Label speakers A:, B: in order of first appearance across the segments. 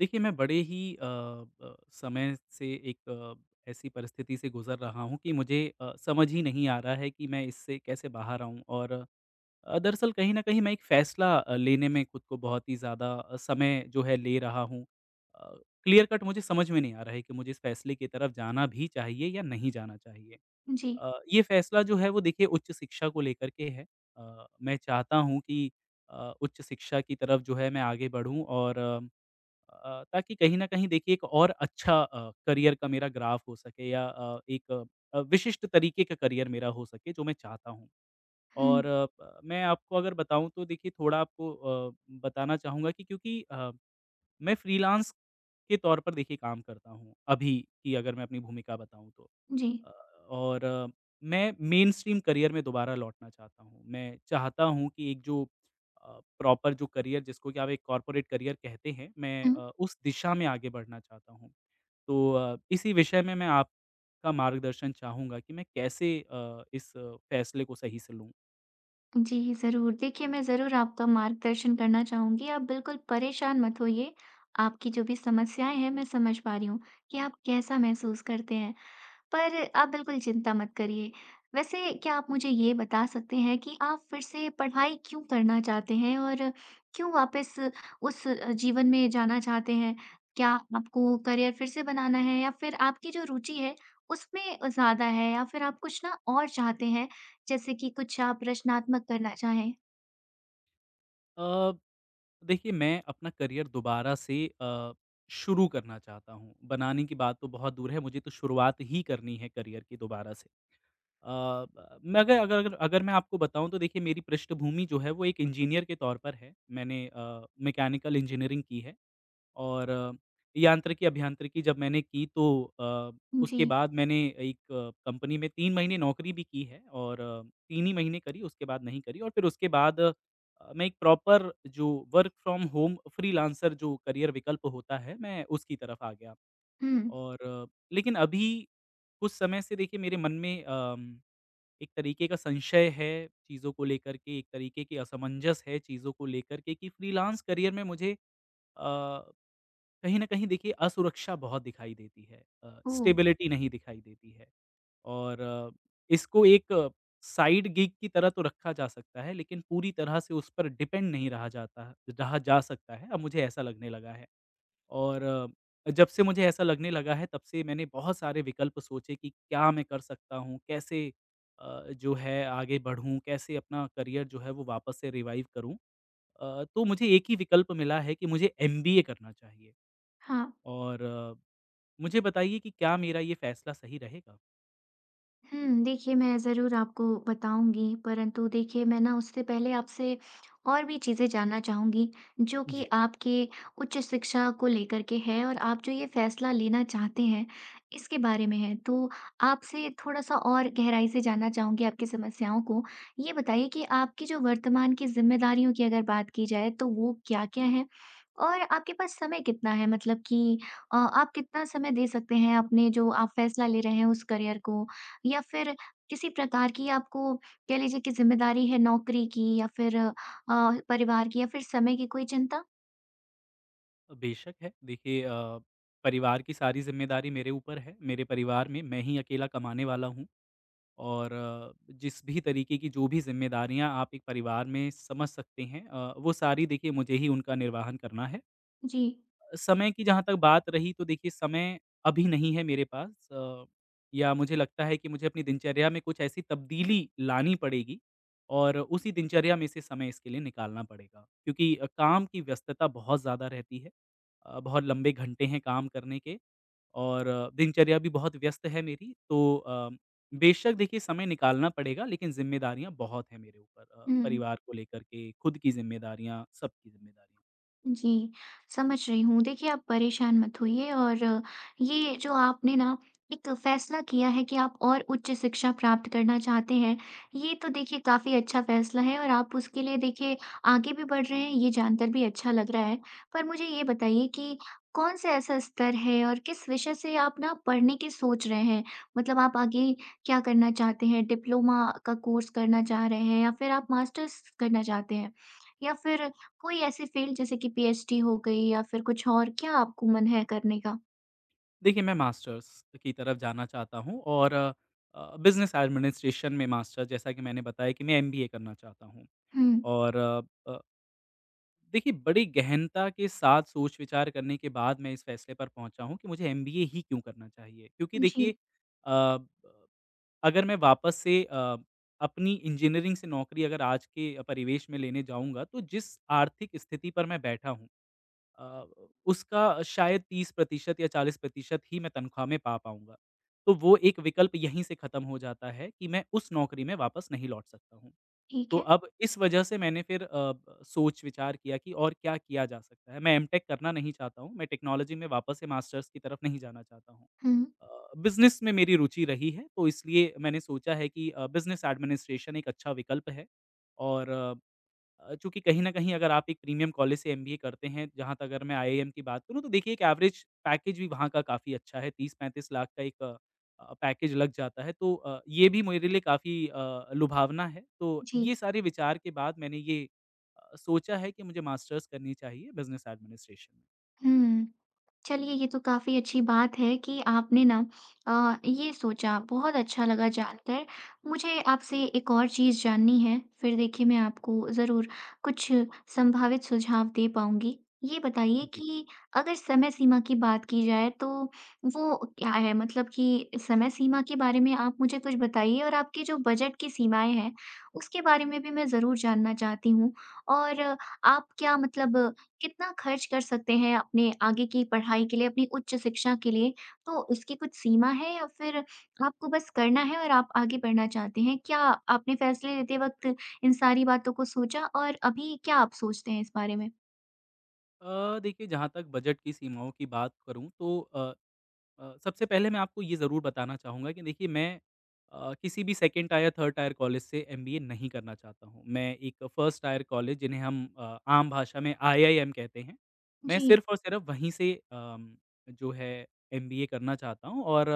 A: देखिए, मैं बड़े ही अ, ब समय से एक ऐसी परिस्थिति से गुज़र रहा हूँ कि मुझे समझ ही नहीं आ रहा है कि मैं इससे कैसे बाहर आऊँ और दरअसल कहीं न कहीं मैं एक फ़ैसला लेने में खुद को बहुत ही ज़्यादा समय जो है ले रहा हूँ। अ, क्लियर कट मुझे समझ में नहीं आ रहा है कि मुझे इस फ़ैसले की तरफ जाना भी चाहिए या नहीं जाना चाहिए।
B: जी।
A: ये फ़ैसला जो है वो देखिए उच्च शिक्षा को लेकर के है। मैं चाहता हूँ कि उच्च शिक्षा की तरफ जो है मैं आगे बढ़ूँ और ताकि कहीं न कहीं देखिए एक और अच्छा करियर का मेरा ग्राफ हो सके या एक विशिष्ट तरीके का करियर मेरा हो सके जो मैं चाहता हूँ।
B: हुँ,
A: और मैं आपको अगर बताऊँ तो देखिए थोड़ा आपको अ, बताना चाहूँगा कि क्योंकि मैं फ्रीलांस के तौर पर देखिए काम करता हूँ, अभी की अगर मैं अपनी भूमिका बताऊँ तो।
B: जी।
A: अ, और मैं मेनस्ट्रीम करियर में दोबारा लौटना चाहता हूँ। मैं चाहता हूँ कि एक जो प्रॉपर जो करियर जिसको कि आप एक कॉर्पोरेट करियर कहते हैं, मैं
B: हुँ,
A: उस दिशा में आगे बढ़ना चाहता हूँ। तो इसी विषय में मैं आपका मार्गदर्शन चाहूँगा कि मैं कैसे इस फैसले को सही से लूँ?
B: जी, ज़रूर। देखिए, मैं ज़रूर आपका मार्गदर्शन करना चाहूँगी, आप बिल्कुल परेशान मत होइए। आपकी जो भी समस्याएँ हैं, मैं समझ पा रही हूँ कि आप कैसा महसूस करते हैं। पर आप बिल्कुल चिंता मत करिए। वैसे क्या आप मुझे ये बता सकते हैं कि आप फिर से पढ़ाई क्यों करना चाहते हैं और क्यों वापस उस जीवन में जाना चाहते हैं? क्या आपको करियर फिर से बनाना है या फिर आपकी जो रुचि है उसमें ज़्यादा है या फिर आप कुछ ना और चाहते हैं, जैसे कि कुछ आप रचनात्मक करना चाहें?
A: अ देखिए, मैं अपना करियर दोबारा से शुरू करना चाहता हूँ। बनाने की बात तो बहुत दूर है, मुझे तो शुरुआत ही करनी है करियर की दोबारा से। अ, ब मैं अगर अगर अगर अगर मैं आपको बताऊँ तो देखिए मेरी पृष्ठभूमि जो है वो एक इंजीनियर के तौर पर है। मैंने मैकेनिकल इंजीनियरिंग की है। और यांत्रिकी, अभियांत्रिकी जब मैंने की तो
B: जी।
A: उसके बाद मैंने एक कंपनी में 3 महीने नौकरी भी की है और 3 ही महीने करी, उसके बाद नहीं करी और फिर उसके बाद मैं एक प्रॉपर जो वर्क फ्रॉम होम फ्रीलांसर जो करियर विकल्प होता है, मैं उसकी तरफ आ गया।
B: हुँ।
A: और लेकिन अभी कुछ समय से देखिए मेरे मन में एक तरीके का संशय है चीज़ों को लेकर के, एक तरीके की असमंजस है चीज़ों को लेकर के कि फ्रीलांस करियर में मुझे अ, कहीं न कहीं देखिए असुरक्षा बहुत दिखाई देती है,
B: ओह!
A: स्टेबिलिटी नहीं दिखाई देती है और इसको एक साइड गिग की तरह तो रखा जा सकता है लेकिन पूरी तरह से उस पर डिपेंड नहीं रहा जा सकता है, अब मुझे ऐसा लगने लगा है। और जब से मुझे ऐसा लगने लगा है तब से मैंने बहुत सारे विकल्प सोचे कि क्या मैं कर सकता हूँ? कैसे जो है आगे बढ़ूँ? कैसे अपना करियर जो है वो वापस से रिवाइव करूँ? तो मुझे एक ही विकल्प मिला है कि मुझे एमबीए करना चाहिए।
B: हाँ।
A: और मुझे बताइए कि क्या मेरा ये फ़ैसला सही रहेगा?
B: हुँ, देखिए मैं ज़रूर आपको बताऊँगी, परंतु देखिए मैं ना उससे पहले आपसे और भी चीज़ें जानना चाहूँगी, जो कि
A: जी।
B: आपके उच्च शिक्षा को लेकर के है और आप जो ये फैसला लेना चाहते हैं, इसके बारे में है। तो आपसे थोड़ा-सा और गहराई से जानना चाहूँगी आपकी समस्याओं को। ये बताइए कि आपकी जो वर्तमान की ज़िम्मेदारियों की अगर बात की जाए, तो वो क्या-क्या हैं? और आपके पास समय कितना है? मतलब कि आप कितना समय दे सकते हैं अपने जो आप फैसला ले रहे हैं उस करियर को या फिर किसी प्रकार की आपको कह लीजिए कि ज़िम्मेदारी है नौकरी की या फिर परिवार की या फिर समय की कोई चिंता?
A: बेशक है, देखिए परिवार की सारी ज़िम्मेदारी मेरे ऊपर है, मेरे परिवार में मैं ही अकेला कमाने वाला हूँ और जिस भी तरीके की जो भी ज़िम्मेदारियाँ आप एक परिवार में समझ सकते हैं, वो सारी देखिए मुझे ही उनका निर्वहन करना है।
B: जी।
A: समय की जहाँ तक बात रही तो देखिए समय अभी नहीं है मेरे पास, या मुझे लगता है कि मुझे अपनी दिनचर्या में कुछ ऐसी तब्दीली लानी पड़ेगी और उसी दिनचर्या में से समय इसके लिए निकालना पड़ेगा क्योंकि काम की व्यस्तता बहुत ज़्यादा रहती है, बहुत लंबे घंटे हैं काम करने के और दिनचर्या भी बहुत व्यस्त है मेरी, तो बेशक देखिए समय निकालना पड़ेगा लेकिन जिम्मेदारियां बहुत हैं मेरे ऊपर,
B: हुँ।
A: परिवार को लेकर के खुद की जिम्मेदारियां, सबकी जिम्मेदारियां।
B: जी, समझ रही हूँ। देखिए, आप परेशान मत होइए और ये जो आपने ना एक फैसला किया है कि आप और उच्च शिक्षा प्राप्त करना चाहते हैं, ये तो देखिए काफ़ी अच्छा फैसला है और आप उसके लिए देखिए आगे भी बढ़ रहे हैं, ये जानकर भी अच्छा लग रहा है। पर मुझे ये बताइए कि कौन सा ऐसा स्तर है और किस विषय से आप ना पढ़ने की सोच रहे हैं? मतलब आप आगे क्या करना चाहते हैं? डिप्लोमा का कोर्स करना चाह रहे हैं या फिर आप मास्टर्स करना चाहते हैं? या फिर कोई ऐसे फ़ील्ड जैसे कि पीएचडी हो गई या फिर कुछ और, क्या आपको मन है करने का?
A: देखिए, मैं मास्टर्स की तरफ जाना चाहता हूँ और बिज़नेस एडमिनिस्ट्रेशन में मास्टर, जैसा कि मैंने बताया कि मैं एमबीए करना चाहता हूँ।
B: हुँ।
A: और अ, देखिए बड़ी गहनता के साथ सोच-विचार करने के बाद मैं इस फैसले पर पहुँचा हूँ कि मुझे एमबीए ही क्यों करना चाहिए। क्योंकि देखिए,
B: जी,
A: अ, अगर मैं वापस से अपनी इंजीनियरिंग से नौकरी अगर आज के परिवेश में लेने जाऊँगा, तो जिस आर्थिक स्थिति पर मैं बैठा हूँ, अ, उसका शायद 30% या 40% ही मैं तनख्वाह में पा पाऊँगा। तो वो एक विकल्प यहीं से ख़त्म हो जाता है कि मैं उस नौकरी में वापस नहीं लौट सकता हूँ।
B: ठीक
A: तो
B: है।
A: अब इस वजह से मैंने फिर सोच-विचार किया कि और क्या किया जा सकता है। मैं एमटेक करना नहीं चाहता हूँ, मैं टेक्नोलॉजी में वापस से मास्टर्स की तरफ नहीं जाना चाहता हूँ।
B: हुँ,
A: अ, बिज़नेस में मेरी रुचि रही है, तो इसलिए मैंने सोचा है कि बिज़नेस एडमिनिस्ट्रेशन एक अच्छा विकल्प है और चूँकि कहीं न कहीं अगर आप एक प्रीमियम कॉलेज से एमबीए करते हैं, जहाँ तक अगर मैं आईआईएम की बात करूँ, तो देखिए एक एवरेज पैकेज भी वहाँ का काफ़ी अच्छा है, 30-35 लाख का एक पैकेज लग जाता है। तो ये भी मेरे लिए काफ़ी लुभावना है। तो
B: जी।
A: ये सारे विचार के बाद मैंने ये सोचा है कि मुझे मास्टर्स करनी चाहिए बिज़नेस एडमिनिस्ट्रेशन में।
B: हुँ। चलिए, ये तो काफ़ी अच्छी बात है कि आपने ना ये सोचा, बहुत अच्छा लगा जानकर। मुझे आपसे एक और चीज़ जाननी है, फिर देखिए मैं आपको ज़रूर कुछ संभावित सुझाव दे पाऊँगी। ये बताइए
A: जी।
B: कि अगर समय सीमा की बात की जाए तो वो क्या है? मतलब कि समय सीमा के बारे में आप मुझे कुछ बताइए और आपके जो बजट की सीमाएँ हैं, उसके बारे में भी मैं ज़रूर जानना चाहती हूँ। और आप क्या मतलब कितना खर्च कर सकते हैं अपने आगे की पढ़ाई के लिए, अपनी उच्च शिक्षा के लिए? तो इसकी कुछ सीमा है या फिर आपको बस करना है और आप आगे बढ़ना चाहते हैं? क्या आपने फैसले लेते वक़्त इन सारी बातों को सोचा और अभी क्या आप सोचते हैं इस बारे में?
A: देखिए जहाँ तक बजट की सीमाओं की बात करूँ तो सबसे पहले मैं आपको ये ज़रूर बताना चाहूँगा कि देखिए मैं किसी भी second tier, third tier college से एमबीए नहीं करना चाहता हूँ। मैं एक फर्स्ट टायर कॉलेज, जिन्हें हम आम भाषा में आईआईएम कहते हैं, मैं
B: जी।
A: सिर्फ़ और सिर्फ़ वहीं से जो है एमबीए करना चाहता हूँ। और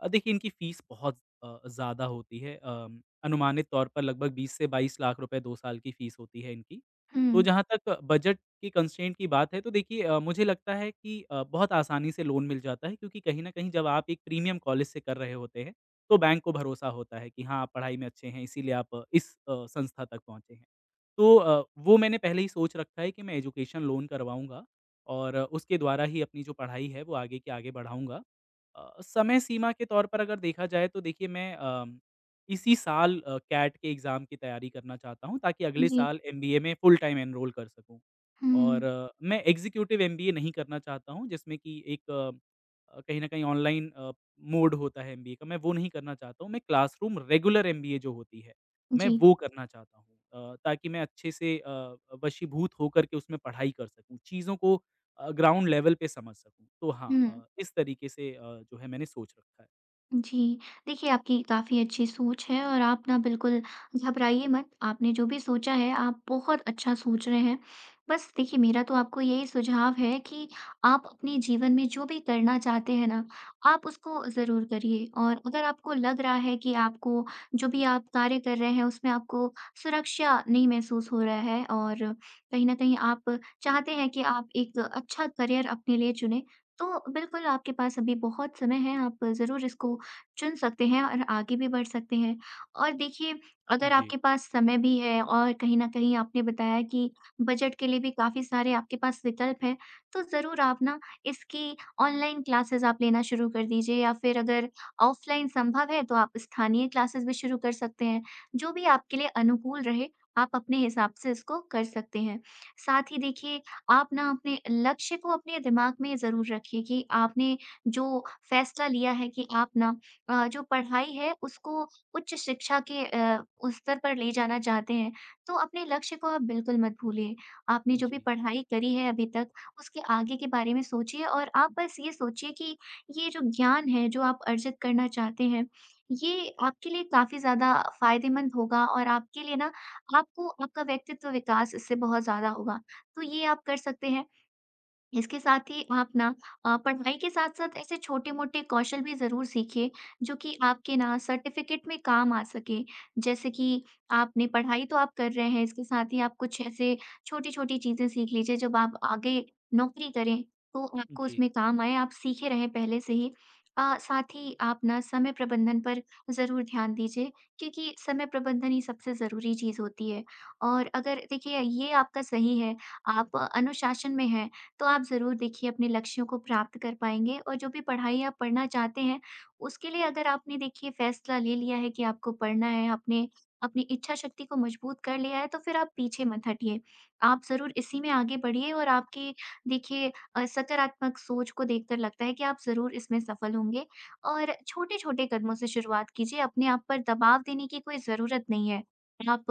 A: देखिए इनकी फ़ीस बहुत ज़्यादा होती है, अनुमानित तौर पर लगभग 20 से 22 लाख रुपए 2 साल की फ़ीस होती है इनकी।
B: हुँ।
A: तो जहाँ तक बजट की कंस्ट्रेंट की बात है तो देखिए मुझे लगता है कि बहुत आसानी से लोन मिल जाता है क्योंकि कहीं न कहीं जब आप एक प्रीमियम कॉलेज से कर रहे होते हैं, तो बैंक को भरोसा होता है कि हाँ, आप पढ़ाई में अच्छे हैं इसीलिए आप इस संस्था तक पहुँचे हैं। तो वो मैंने पहले ही सोच रखा है कि मैं एजुकेशन लोन करवाऊँगा और उसके द्वारा ही अपनी जो पढ़ाई है वो आगे की आगे बढ़ाऊँगा। समय सीमा के तौर पर अगर देखा जाए तो देखिए मैं इसी साल कैट के एग्ज़ाम की तैयारी करना चाहता हूँ ताकि अगले
B: जी।
A: साल एमबीए में फुल टाइम एनरोल कर सकूँ। और
B: हुँ।
A: मैं एग्ज़ीक्यूटिव एमबीए नहीं करना चाहता हूँ, जिसमें कि एक कहीं न कहीं ऑनलाइन मोड होता है एमबीए का, मैं वो नहीं करना चाहता हूँ। मैं क्लासरूम रेगुलर एमबीए जो होती है, मैं
B: जी।
A: वो करना चाहता हूँ ताकि मैं अच्छे से वशीभूत होकर के उसमें पढ़ाई कर सकूँ। चीज़ों को ग्राउंड लेवल पे समझ सकूँ। तो हाँ,
B: हुँ।
A: इस तरीके से जो है मैंने सोच रखा है।
B: जी। देखिए, आपकी काफ़ी अच्छी सोच है और आप ना बिल्कुल घबराइए मत। आपने जो भी सोचा है, आप बहुत अच्छा सोच रहे हैं। बस देखिए, मेरा तो आपको यही सुझाव है कि आप अपने जीवन में जो भी करना चाहते हैं ना, आप उसको ज़रूर करिए। और अगर आपको लग रहा है कि आपको जो भी आप कार्य कर रहे हैं, उसमें आपको सुरक्षा नहीं महसूस हो रहा है और कहीं न कहीं आप चाहते हैं कि आप एक अच्छा करियर अपने लिए चुनें, तो बिल्कुल आपके पास अभी बहुत समय है। आप ज़रूर इसको चुन सकते हैं और आगे भी बढ़ सकते हैं। और देखिए, अगर
A: जी।
B: आपके पास समय भी है और कहीं न कहीं आपने बताया कि बजट के लिए भी काफ़ी सारे आपके पास विकल्प हैं, तो ज़रूर आप ना इसकी ऑनलाइन क्लासेज़ आप लेना शुरू कर दीजिए या फिर अगर ऑफ़लाइन संभव है, तो आप स्थानीय क्लासेज़ भी शुरू कर सकते हैं। जो भी आपके लिए अनुकूल रहे, आप अपने हिसाब से इसको कर सकते हैं। साथ ही देखिए, आप ना अपने लक्ष्य को अपने दिमाग में ज़रूर रखिए कि आपने जो फ़ैसला लिया है कि आप ना जो पढ़ाई है उसको उच्च शिक्षा के उस स्तर पर ले जाना चाहते हैं, तो अपने लक्ष्य को आप बिल्कुल मत भूलिए। आपने जो भी
A: जी,
B: पढ़ाई करी है अभी तक, उसके आगे के बारे में सोचिए और आप बस ये सोचिए कि ये जो ज्ञान है, जो आप अर्जित करना चाहते हैं, ये आपके लिए काफ़ी ज़्यादा फ़ायदेमंद होगा और आपके लिए ना आपको आपका व्यक्तित्व विकास इससे बहुत ज़्यादा होगा। तो ये आप कर सकते हैं। इसके साथ ही आप ना पढ़ाई के साथ-साथ ऐसे छोटे-मोटे कौशल भी ज़रूर सीखिए, जो कि आपके ना सर्टिफ़िकेट में काम आ सके। जैसे कि आपने पढ़ाई तो आप कर रहे हैं, इसके साथ ही आप कुछ ऐसे छोटी-छोटी चीज़ें सीख लीजिए, जब आप आगे नौकरी करें, तो आपको
A: जी,
B: उसमें काम आए, आप सीखे रहें पहले से ही। साथ ही आप ना समय प्रबंधन पर ज़रूर ध्यान दीजिए, क्योंकि समय प्रबंधन ही सबसे ज़रूरी चीज़ होती है। और अगर देखिए ये आपका सही है, आप अनुशासन में हैं, तो आप ज़रूर देखिए अपने लक्ष्यों को प्राप्त कर पाएँगे और जो भी पढ़ाई आप पढ़ना चाहते हैं, उसके लिए अगर आपने देखिए फ़ैसला ले लिया है कि आपको पढ़ना है, आपने अपनी इच्छा शक्ति को मजबूत कर लिया है, तो फिर आप पीछे मत हटिए। आप ज़रूर इसी में आगे बढ़िए और आपकी देखिए सकारात्मक सोच को देखकर लगता है कि आप ज़रूर इसमें सफल होंगे और छोटे-छोटे कदमों से शुरुआत कीजिए, अपने आप पर दबाव देने की कोई ज़रूरत नहीं है। आप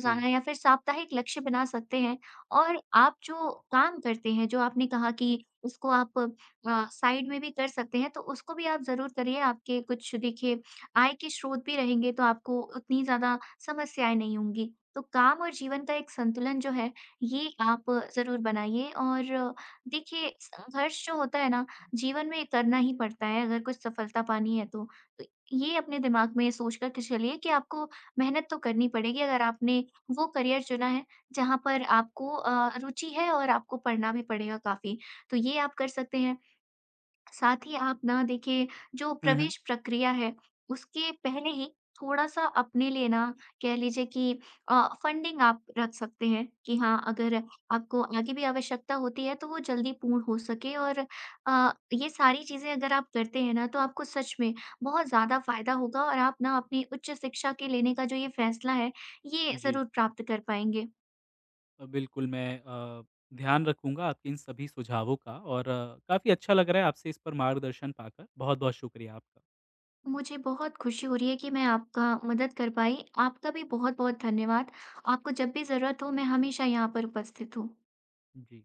A: जी,
B: या फिर साप्ताहिक लक्ष्य बना सकते हैं और आप जो काम करते हैं, जो आपने कहा कि उसको आप साइड में भी कर सकते हैं, तो उसको भी आप ज़रूर करिए। आपके कुछ देखिए आय के स्रोत भी रहेंगे, तो आपको उतनी ज़्यादा समस्याएँ नहीं होंगी। तो काम और जीवन का एक संतुलन जो है, ये आप ज़रूर बनाइए और देखिए संघर्ष जो होता है ना, जीवन में करना ही पड़ता है अगर कुछ सफलता पानी
A: जी।
B: है तो। तो ये अपने दिमाग में सोच कर के चलिए कि आपको मेहनत तो करनी पड़ेगी अगर आपने वो करियर चुना है जहाँ पर आपको रुचि है और आपको पढ़ना भी पड़ेगा काफ़ी, तो ये आप कर सकते हैं। साथ ही आप ना देखिए जो
A: हुँ, हुँ।
B: प्रवेश प्रक्रिया है, उसके पहले ही थोड़ा-सा अपने लिए ना कह लीजिए कि अ, फंडिंग आप रख सकते हैं कि हाँ, अगर आपको आगे भी आवश्यकता होती है, तो वो जल्दी पूर्ण हो सके और ये सारी चीज़ें अगर आप करते हैं ना, तो आपको सच में बहुत ज़्यादा फ़ायदा होगा और आप ना अपनी उच्च शिक्षा के लेने का जो ये फैसला है, ये
A: जी।
B: ज़रूर प्राप्त कर पाएँगे।
A: बिल्कुल मैं ध्यान रखूँगा आपके इन सभी सुझावों का, और काफ़ी अच्छा लग रहा है आपसे इस पर मार्गदर्शन पाकर। बहुत-बहुत शुक्रिया आपका।
B: मुझे बहुत खुशी हो रही है कि मैं आपका मदद कर पाई। आपका भी बहुत-बहुत धन्यवाद। आपको जब भी ज़रूरत हो मैं हमेशा यहाँ पर उपस्थित हूँ।
A: जी।